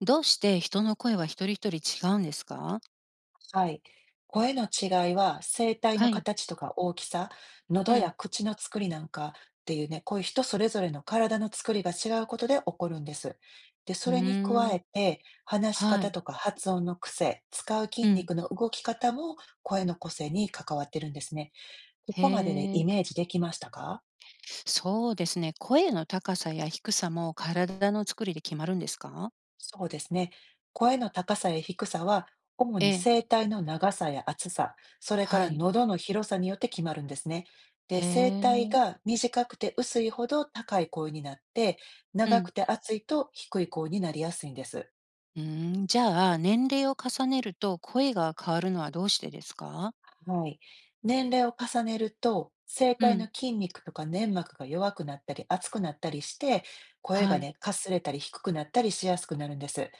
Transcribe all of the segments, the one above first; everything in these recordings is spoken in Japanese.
どうして人の声は一人一人違うんですか？はい。声の違いは声帯はのい。形とか大きさ、う喉ん。や口の作りなんかっていうね、こういう人それぞれの体の作りが違うことで起こるんです。で、そうれにー加ん。えて、話しは方い。とか発音の癖、使うう筋ん。肉の動き方も声の個性に関わってるんですね。こへこまででイえ。メージできましたか？そうですね。声の高さや低さも体の作りで決まるんですか？そうですね。声の高さや低さは、主えにえ。声帯の長さや厚さ、それかはらい。喉の広さによって決まるんですね。で、へ声帯え。が短くて薄いほど高い声になって、う長ん。くて厚いと低い声になりやすいんです。うーん。じゃあ、年齢を重ねると声が変わるのはどうしてですか？はい。年齢を重ねると、声う帯のん。筋肉とか粘膜が弱くなったり、厚くなったりして、声はがい。ね、かすれたり低くなったりしやすくなるんです。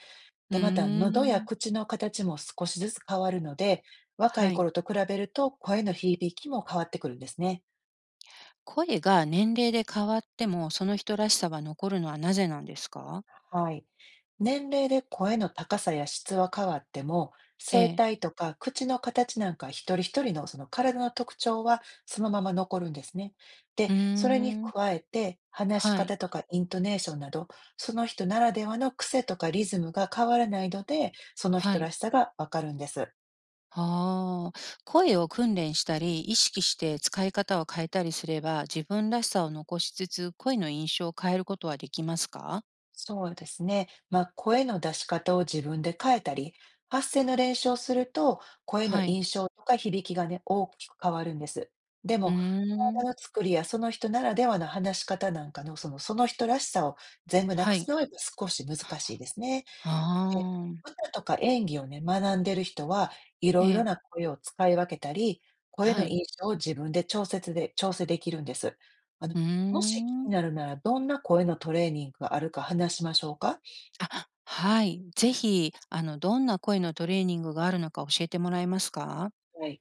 うで、また、ー喉やん。口の形も少しずつ変わるので、若はいい。頃と比べると声の響きも変わってくるんですね。声が年齢で変わっても、その人らしさは残るのはなぜなんですか？はい。年齢で声の高さや質は変わっても、え声え。帯とか口の形なんか一人一人のその体の特徴はそのまま残るんですね。うで、ーそれにん。加えて話しはい。方とかイントネーションなど、その人ならではの癖とかリズムが変わらないので、そのは人い。らしさがわかるんです。ああ、声を訓練したり、意識して使い方を変えたりすれば、自分らしさを残しつつ、声の印象を変えることはできますか？そうですね。まあ、声の出し方を自分で変えたり、発声の練習をすると、声のはい。印象とか響きがね、大きく変わるんです。でうーも、体のん。作りやその人ならではの話し方なんかの、その人らしさを全部なくはすい。のはやっぱ少し難しいですね。あで、あ、歌とか演技をね、学んでる人は、いえろいろえ、な声を使い分けたり、声はのい。印象を自分で調整できるんです。あの、うーもし気ん。になるなら、どんな声のトレーニングがあるか話しましょうか？あ、はい。ぜひ、どんな声のトレーニングがあるのか教えてもらえますか？はい。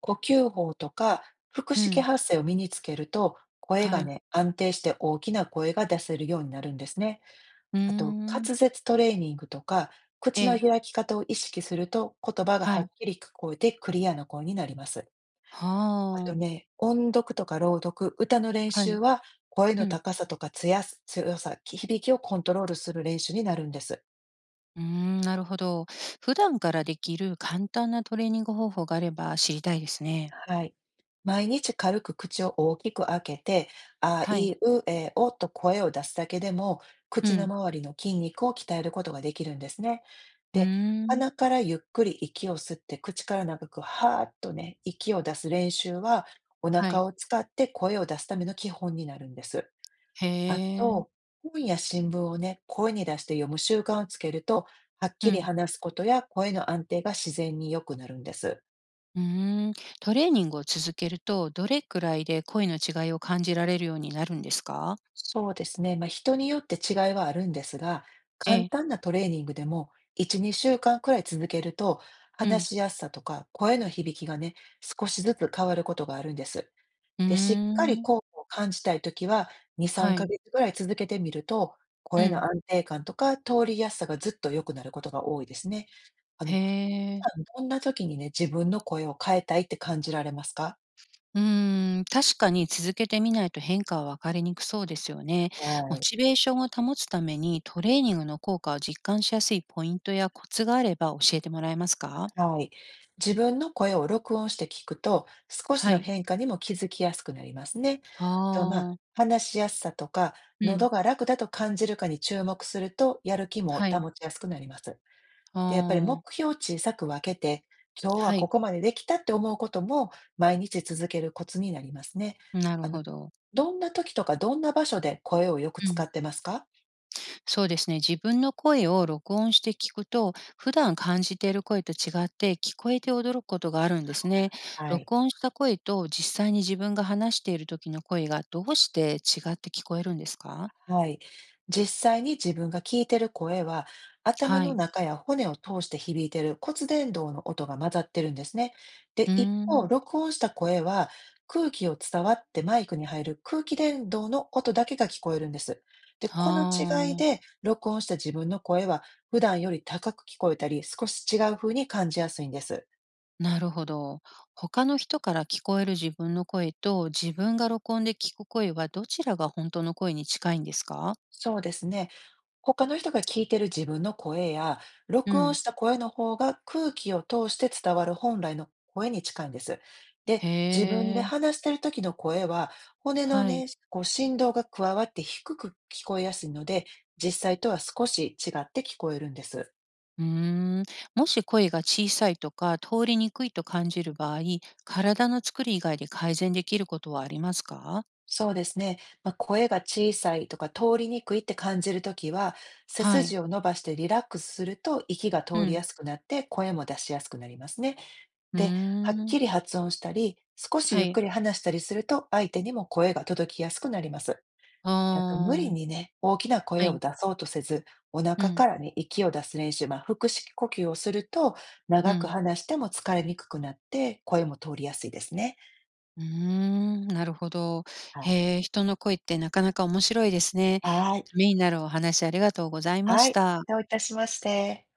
呼吸法とか腹う式ん、発声を身につけると、声はがい。ね、安定して大きな声が出せるようになるんですね。うーあと、ん。滑舌トレーニングとか、え口のえ、開き方を意識すると、言葉がははい。っきり聞こえてクリアな声になります。はあとあ、ね、音読とか朗読、歌の練は習い。は、声うのん。高さとかつや強さ、き響きをコントロールする練習になるんです。うーん、なるほど。普段からできる簡単なトレーニング方法があれば知りたいですね。はい。毎日軽く口を大きく開けて、あはいい。うえおと声を出すだけでも、う口のん。周りの筋肉を鍛えることができるんですね。うーで、ん。鼻からゆっくり息を吸って、口から長くはーっとね、息を出す練習は、おは腹い。を使って声を出すための基本になるんです。へあえ。と、本や新聞をね、声に出して読む習慣をつけると、はっうきりん。話すことや声の安定が自然に良くなるんです。うーん。トレーニングを続けると、どれくらいで声の違いを感じられるようになるんですか？そうですね。まあ、人によって違いはあるんですが、え簡え。単なトレーニングでも1、2週間くらい続けると、うん。話しやすさとか声の響きがね、少しずつ変わることがあるんです。うーで、しっかりん。効果を感じたいときは、2、は3い。ヶ月くらい続けてみると、う声ん。の安定感とか通りやすさがずっと良くなることが多いですね。あへの、普え。段、どんな時にね、自分の声を変えたいって感じられますか？うーん、確かに続けてみないと変化はわかりにくそうですよね。はモい。チベーションを保つためにトレーニングの効果を実感しやすいポイントやコツがあれば教えてもらえますか？はい。自分の声を録音して聞くと、少しはのい。変化にも気づきやすくなりますね。あと、まあ、あ、話しやすさとか、うん。喉が楽だと感じるかに注目すると、やる気もはい。保ちやすくなります。あで、やっぱり目あ、標を小さく分けて、今日ははこい。こまでできたって思うことも、毎日続けるコツになりますね。なるあの、ほど。どんな時とか、どんな場所で声をよくう使ん。ってますか？そうですね。自分の声を録音して聞くと、普段感じている声と違って聞こえて驚くことがあるんですね。はい。録音した声と実際に自分が話している時の声がどうして違って聞こえるんですか？はい。実際に自分が聞いてる声は、頭はのい。中や骨を通して響いてる骨伝導の音が混ざってるんですね。うで、ー一方、ん。録音した声は、空気を伝わってマイクに入る空気伝導の音だけが聞こえるんです。で、このあ違いで、あ、録音した自分の声は、普段より高く聞こえたり、少し違う風に感じやすいんです。なるほど。他の人から聞こえる自分の声と自分が録音で聞く声はどちらが本当の声に近いんですか？そうですね。他の人が聞いてる自分の声や、う録音ん。した声の方が空気を通して伝わる本来の声に近いんです。で、へ自分でえ。話してる時の声は、骨のはい。ね、こう振動が加わって低く聞こえやすいので、実際とは少し違って聞こえるんです。うーん、もし声が小さいとか通りにくいと感じる場合、体の作り以外で改善できることはありますか？そうですね。まあ、声が小さいとか通りにくいって感じるときは、背はい。筋を伸ばしてリラックスすると息が通うりん。やすくなって声も出しやすくなりますね。うで、ーはっん。きり発音したり、少しはゆっい。くり話したりすると、相手にも声が届きやすくなります。あであと、無理あ、にね、大きなは声をい。出そうとせず、おう腹ん。からに息を出す練習、まあ、腹式呼吸をすると、う長くん。話しても疲れにくくなって、声も通りやすいですね。うーん、なるほど。はい。へえ、人の声ってなかなか面白いですね。はい。ためになるお話ありがとうございまはしい。た。どういたしまして。